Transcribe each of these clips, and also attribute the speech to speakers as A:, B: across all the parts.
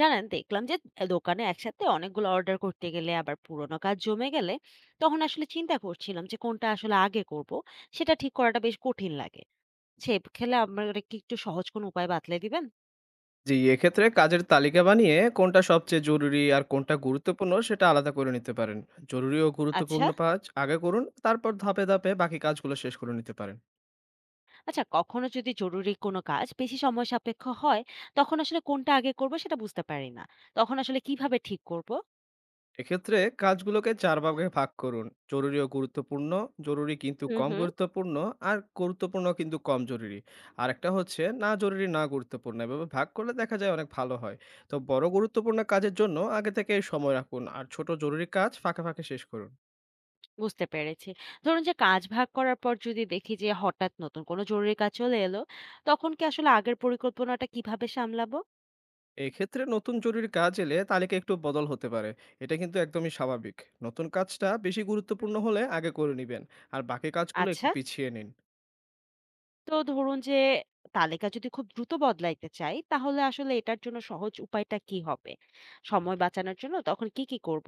A: জানেন দেখলাম যে এ দোকানে একসাথে অনেকগুলো অর্ডার করতে গেলে আবার পুরোনো কাজ জমে গেলে তখন আসলে চিন্তা করছিলাম যে কোনটা আসলে আগে করব, সেটা ঠিক করাটা বেশ কঠিন লাগে। সে খেলে আমার কি একটু সহজ কোনো উপায় বাতলে দিবেন?
B: জি, এক্ষেত্রে কাজের তালিকা বানিয়ে কোনটা সবচেয়ে জরুরি আর কোনটা গুরুত্বপূর্ণ সেটা আলাদা করে নিতে পারেন। জরুরি ও
A: আচ্ছা,
B: গুরুত্বপূর্ণ কাজ আগে করুন, তারপর ধাপে, ধাপে বাকি কাজগুলো শেষ করে নিতে পারেন।
A: আচ্ছা, কখনো যদি জরুরি কোনো কাজ বেশি সময় সাপেক্ষ হয় তখন আসলে কোনটা আগে করব সেটা বুঝতে পারি না। তখন আসলে কিভাবে ঠিক করব?
B: এক্ষেত্রে কাজগুলোকে ৪ ভাগে ভাগ করুন। জরুরি ও গুরুত্বপূর্ণ, জরুরি কিন্তু
A: হুম,
B: কম
A: হুম।
B: গুরুত্বপূর্ণ আর গুরুত্বপূর্ণ কিন্তু কম জরুরি। আরেকটা হচ্ছে না জরুরি না গুরুত্বপূর্ণ। এভাবে ভাগ করলে দেখা যায় অনেক ভালো হয়। তো বড় গুরুত্বপূর্ণ কাজের জন্য আগে থেকে সময় রাখুন আর ছোট জরুরি কাজ ফাঁকে, ফাঁকে শেষ করুন।
A: বুঝতে পেরেছি। ধরুন যে কাজ ভাগ করার পর যদি দেখি যে হঠাৎ নতুন কোনো জরুরি কাজ চলে এলো, তখন কি আসলে আগের পরিকল্পনাটা কিভাবে সামলাবো?
B: এক্ষেত্রে নতুন জরুরি কাজ এলে তালিকা একটু বদল হতে পারে। এটা কিন্তু একদমই স্বাভাবিক। নতুন কাজটা বেশি
A: হুম।
B: গুরুত্বপূর্ণ হলে আগে করে নেবেন আর বাকি কাজগুলো একটু
A: আচ্ছা।
B: পিছিয়ে নিন।
A: তো ধরুন যে তালিকা যদি খুব দ্রুত বদলাইতে চাই, তাহলে আসলে এটার জন্য সহজ উপায়টা কি হবে? সময় বাঁচানোর জন্য তখন কি করব?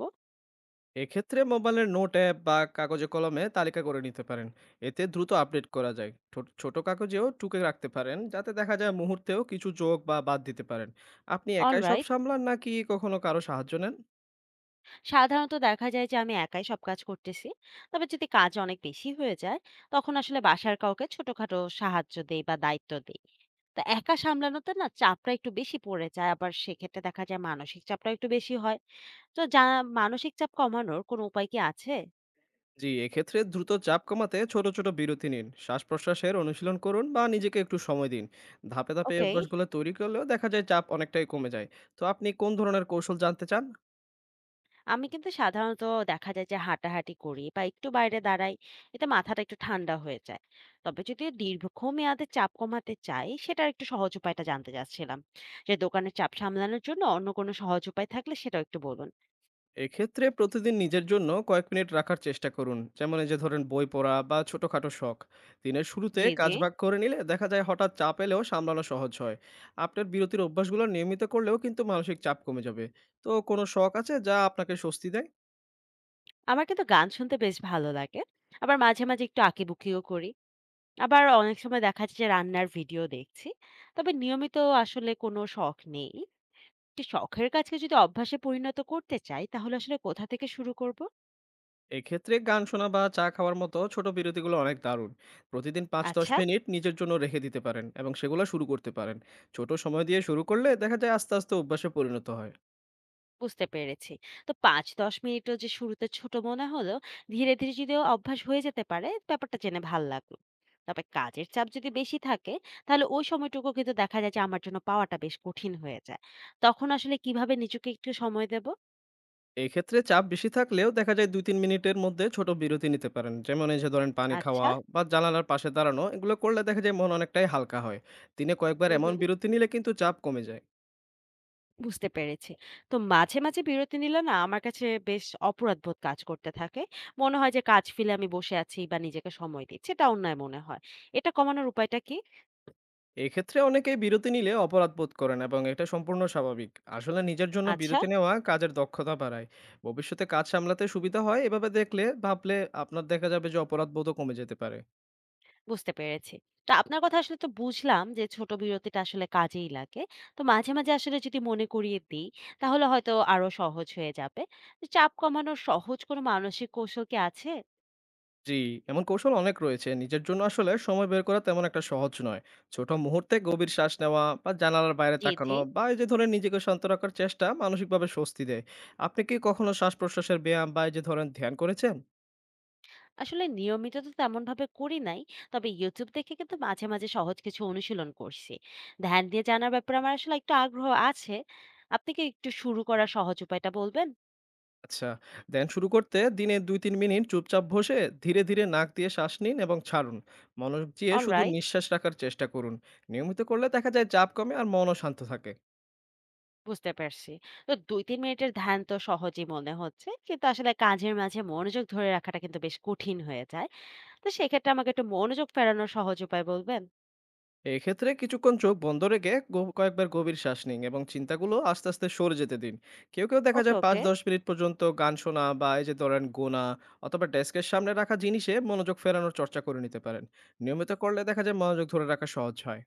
B: এক্ষেত্রে মোবাইলের নোট অ্যাপ বা কাগজে কলমে তালিকা করে নিতে পারেন। এতে দ্রুত আপডেট করা যায়, ছোট ছোট কাগজেও টুকে রাখতে পারেন যাতে দেখা যায় মুহূর্তেও কিছু যোগ বা বাদ দিতে পারেন। আপনি একাই সব
A: অলরাইট।
B: সামলান নাকি কখনো কারো সাহায্য নেন?
A: সাধারণত দেখা যায় যে আমি একাই সব কাজ করতেছি। তবে যদি কাজ অনেক বেশি হয়ে যায়, তখন আসলে বাসার কাউকে ছোটখাটো সাহায্য দেই বা দায়িত্ব দেই। তো একা সামলানোতে না চাপটা একটু বেশি পড়ে যায়। আবার সেক্ষেত্রে দেখা যায় মানসিক চাপটাও একটু বেশি হয়। তো যা মানসিক চাপ কমানোর কোনো উপায় কি আছে?
B: জি, এক্ষেত্রে দ্রুত চাপ কমাতে ছোট ছোট বিরতি নিন, শ্বাস প্রশ্বাসের অনুশীলন করুন বা নিজেকে একটু সময় দিন। ধাপে ধাপে এই
A: ওকে।
B: অভ্যাসগুলো তৈরি করলেও দেখা যায় চাপ অনেকটাই কমে যায়। তো আপনি কোন ধরনের কৌশল জানতে চান?
A: আমি কিন্তু সাধারণত দেখা যায় যে হাঁটাহাঁটি করি বা একটু বাইরে দাঁড়াই, এতে মাথাটা একটু ঠান্ডা হয়ে যায়। তবে যদি দীর্ঘমেয়াদে চাপ কমাতে চাই সেটার একটু সহজ উপায়টা জানতে চাচ্ছিলাম। যে দোকানের চাপ সামলানোর জন্য অন্য কোনো সহজ উপায় থাকলে সেটাও একটু বলুন।
B: এক্ষেত্রে প্রতিদিন নিজের জন্য কয়েক মিনিট রাখার চেষ্টা করুন, যেমন এই যে ধরেন বই পড়া বা ছোটখাটো শখ। দিনের শুরুতে
A: জি, জি।
B: কাজ ভাগ করে নিলে দেখা যায় হঠাৎ চাপ এলেও সামলানো সহজ হয়। আপনার বিরতির অভ্যাসগুলো নিয়মিত করলেও কিন্তু মানসিক চাপ কমে যাবে। তো কোনো শখ আছে যা আপনাকে স্বস্তি দেয়?
A: আমার কিন্তু গান শুনতে বেশ ভালো লাগে। আবার মাঝে মাঝে একটু আঁকিবুকিও করি। আবার অনেক সময় দেখা যাচ্ছে যে রান্নার ভিডিও দেখছি। তবে নিয়মিত আসলে কোনো শখ নেই। যে শখের কাজকে যদি অভ্যাসে পরিণত করতে চাই তাহলে আসলে কোথা থেকে শুরু করব?
B: এক্ষেত্রে গান শোনা বা চা খাওয়ার মতো ছোট বিরতিগুলো অনেক দারুণ। প্রতিদিন পাঁচ দশ
A: আচ্ছা।
B: মিনিট নিজের জন্য রেখে দিতে পারেন এবং সেগুলো শুরু করতে পারেন। ছোট সময় দিয়ে শুরু করলে দেখা যায় আস্তে আস্তে অভ্যাসে পরিণত হয়।
A: বুঝতে পেরেছি। তো ৫-১০ মিনিটও যে শুরুতে ছোট মনে হলেও ধীরে, ধীরে যদিও অভ্যাস হয়ে যেতে পারে, ব্যাপারটা জেনে ভাল লাগলো। তবে কাজের চাপ যদি বেশি থাকে, তাহলে ওই সময়টুকু কিন্তু দেখা যায় যে আমার জন্য পাওয়াটা বেশ কঠিন হয়ে যায়। তখন আসলে কিভাবে নিজেকে একটু সময় দেব?
B: এক্ষেত্রে চাপ বেশি থাকলেও দেখা যায় ২-৩ মিনিটের মধ্যে ছোট বিরতি নিতে পারেন, যেমন এই যে ধরেন পানি খাওয়া
A: আচ্ছা।
B: বা জানালার পাশে দাঁড়ানো। এগুলো করলে দেখা যায় মন অনেকটাই হালকা হয়। দিনে কয়েকবার
A: হুম,
B: এমন
A: হুম।
B: বিরতি নিলে কিন্তু চাপ কমে যায়।
A: বুঝতে পেরেছি। তো মাঝে, মাঝে বিরতি নিলে না আমার কাছে বেশ অপরাধবোধ কাজ করতে থাকে। মনে হয় যে কাজ ফেলে আমি বসে আছি বা নিজেকে সময় দিচ্ছি। এটা অন্যায় মনে হয়। এটা কমানোর উপায়টা কি?
B: এক্ষেত্রে অনেকেই বিরতি নিলে অপরাধ বোধ করেন এবং এটা সম্পূর্ণ স্বাভাবিক। আসলে নিজের জন্য
A: আচ্ছা।
B: বিরতি নেওয়া কাজের দক্ষতা বাড়ায়, ভবিষ্যতে কাজ সামলাতে সুবিধা হয়। এভাবে দেখলে ভাবলে আপনার দেখা যাবে যে অপরাধ বোধও কমে যেতে পারে।
A: বুঝতে পেরেছি। তো আপনার কথা আসলে তো বুঝলাম যে ছোট বিরতিটা আসলে কাজেই লাগে। তো মাঝে, মাঝে আসলে যদি মনে করিয়ে দিই তাহলে হয়তো আরো সহজ হয়ে যাবে। তো চাপ কমানোর সহজ কোনো মানসিক কৌশল কি আছে?
B: জি, এমন কৌশল অনেক রয়েছে, নিজের জন্য আসলে সময় বের করা তেমন একটা সহজ নয়। ছোট মুহূর্তে গভীর শ্বাস নেওয়া বা জানালার বাইরে
A: জি, জি।
B: তাকানো বা এই যে ধরেন নিজেকে শান্ত রাখার চেষ্টা মানসিকভাবে স্বস্তি দেয়। আপনি কি কখনো শ্বাস প্রশ্বাসের ব্যায়াম বা এই যে ধরেন ধ্যান করেছেন?
A: আসলে নিয়মিত তো তেমনভাবে করি নাই। তবে YouTube দেখে কিন্তু মাঝে, মাঝে সহজ কিছু অনুশীলন করছি। ধ্যান দিয়ে জানার ব্যাপারে আমার আসলে একটু আগ্রহ আছে। আপনি কি একটু শুরু করার সহজ উপায়টা বলবেন?
B: আচ্ছা, ধ্যান শুরু করতে দিনে ২-৩ মিনিট চুপচাপ বসে ধীরে ধীরে নাক দিয়ে শ্বাস নিন এবং ছাড়ুন। মনোযোগ দিয়ে শুধু
A: অলরাইট।
B: নিঃশ্বাস রাখার চেষ্টা করুন। নিয়মিত করলে দেখা যায় চাপ কমে আর মনও শান্ত থাকে।
A: বুঝতে পারছি। তো ২-৩ মিনিটের ধ্যান তো সহজই মনে হচ্ছে। কিন্তু আসলে কাজের মাঝে মনোযোগ ধরে রাখাটা কিন্তু বেশ কঠিন হয়ে যায়। তো সেক্ষেত্রে আমাকে একটু মনোযোগ ফেরানোর সহজ উপায় বলবেন?
B: এক্ষেত্রে কিছুক্ষণ চোখ বন্ধ রেখে কয়েকবার গভীর শ্বাস নিন এবং চিন্তাগুলো আস্তে আস্তে সরে যেতে দিন। কেউ কেউ দেখা
A: ওকে,
B: যায় পাঁচ
A: ওকে।
B: দশ মিনিট পর্যন্ত গান শোনা বা এই যে ধরেন গোনা অথবা ডেস্কের সামনে রাখা জিনিসে মনোযোগ ফেরানোর চর্চা করে নিতে পারেন। নিয়মিত করলে দেখা যায় মনোযোগ ধরে রাখা সহজ হয়।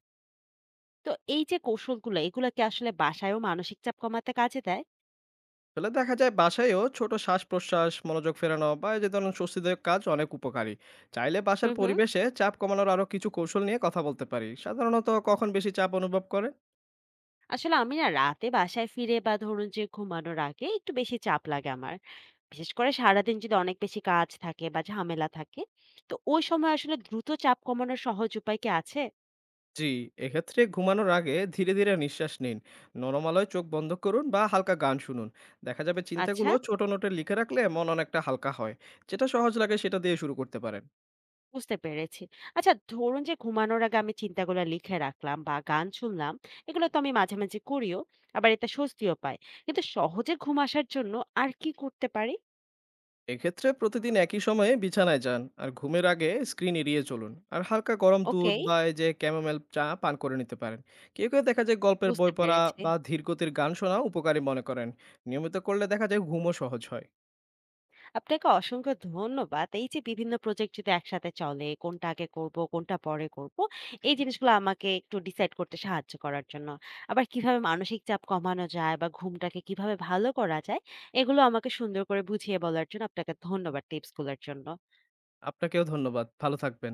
A: তো এই যে কৌশলগুলো, এগুলো কি আসলে বাসায়ও মানসিক চাপ কমাতে কাজে দেয়?
B: ফলে দেখা যায় বাসায়ও ছোট শ্বাস প্রশ্বাস, মনোযোগ ফেরানো বা এই যে ধরুন স্বস্তিদায়ক কাজ অনেক উপকারী। চাইলে বাসার
A: হুম, হুম।
B: পরিবেশে চাপ কমানোর আরো কিছু কৌশল নিয়ে কথা বলতে পারি। সাধারণত কখন বেশি চাপ অনুভব করে?
A: আসলে আমি না রাতে বাসায় ফিরে বা ধরুন যে ঘুমানোর আগে একটু বেশি চাপ লাগে আমার। বিশেষ করে সারাদিন যদি অনেক বেশি কাজ থাকে বা ঝামেলা থাকে। তো ওই সময় আসলে দ্রুত চাপ কমানোর সহজ উপায় কি আছে?
B: জি, এক্ষেত্রে ঘুমানোর আগে ধীরে ধীরে নিঃশ্বাস নিন, নরমালয় চোখ বন্ধ করুন বা হালকা গান শুনুন। দেখা যাবে
A: আচ্ছা।
B: চিন্তাগুলো ছোট নোটে লিখে রাখলে মন অনেকটা হালকা হয়। যেটা সহজ লাগে সেটা দিয়ে শুরু করতে পারেন।
A: বুঝতে পেরেছি। আচ্ছা, ধরুন যে ঘুমানোর আগে আমি চিন্তাগুলা লিখে রাখলাম বা গান শুনলাম, এগুলো তো আমি মাঝে, মাঝে করিও। আবার এতে স্বস্তিও পাই। কিন্তু সহজে ঘুম আসার জন্য আর কি করতে পারি?
B: এক্ষেত্রে প্রতিদিন একই সময়ে বিছানায় যান আর ঘুমের আগে স্ক্রিন এড়িয়ে চলুন আর হালকা গরম দুধ
A: ওকে।
B: বা এই যে ক্যামোমাইল চা পান করে নিতে পারেন। কেউ কেউ দেখা যায় গল্পের
A: বুঝতে
B: বই পড়া
A: পেরেছি।
B: বা ধীর গতির গান শোনা উপকারী মনে করেন। নিয়মিত করলে দেখা যায় ঘুমও সহজ হয়।
A: আপনাকে অসংখ্য ধন্যবাদ। এই যে বিভিন্ন প্রজেক্ট যদি একসাথে চলে, কোনটা আগে করব, কোনটা পরে করব, এই জিনিসগুলো আমাকে একটু ডিসাইড করতে সাহায্য করার জন্য। আবার কিভাবে মানসিক চাপ কমানো যায় বা ঘুমটাকে কিভাবে ভালো করা যায়, এগুলো আমাকে সুন্দর করে বুঝিয়ে বলার জন্য আপনাকে ধন্যবাদ টিপসগুলোর জন্য।
B: আপনাকেও ধন্যবাদ, ভালো থাকবেন।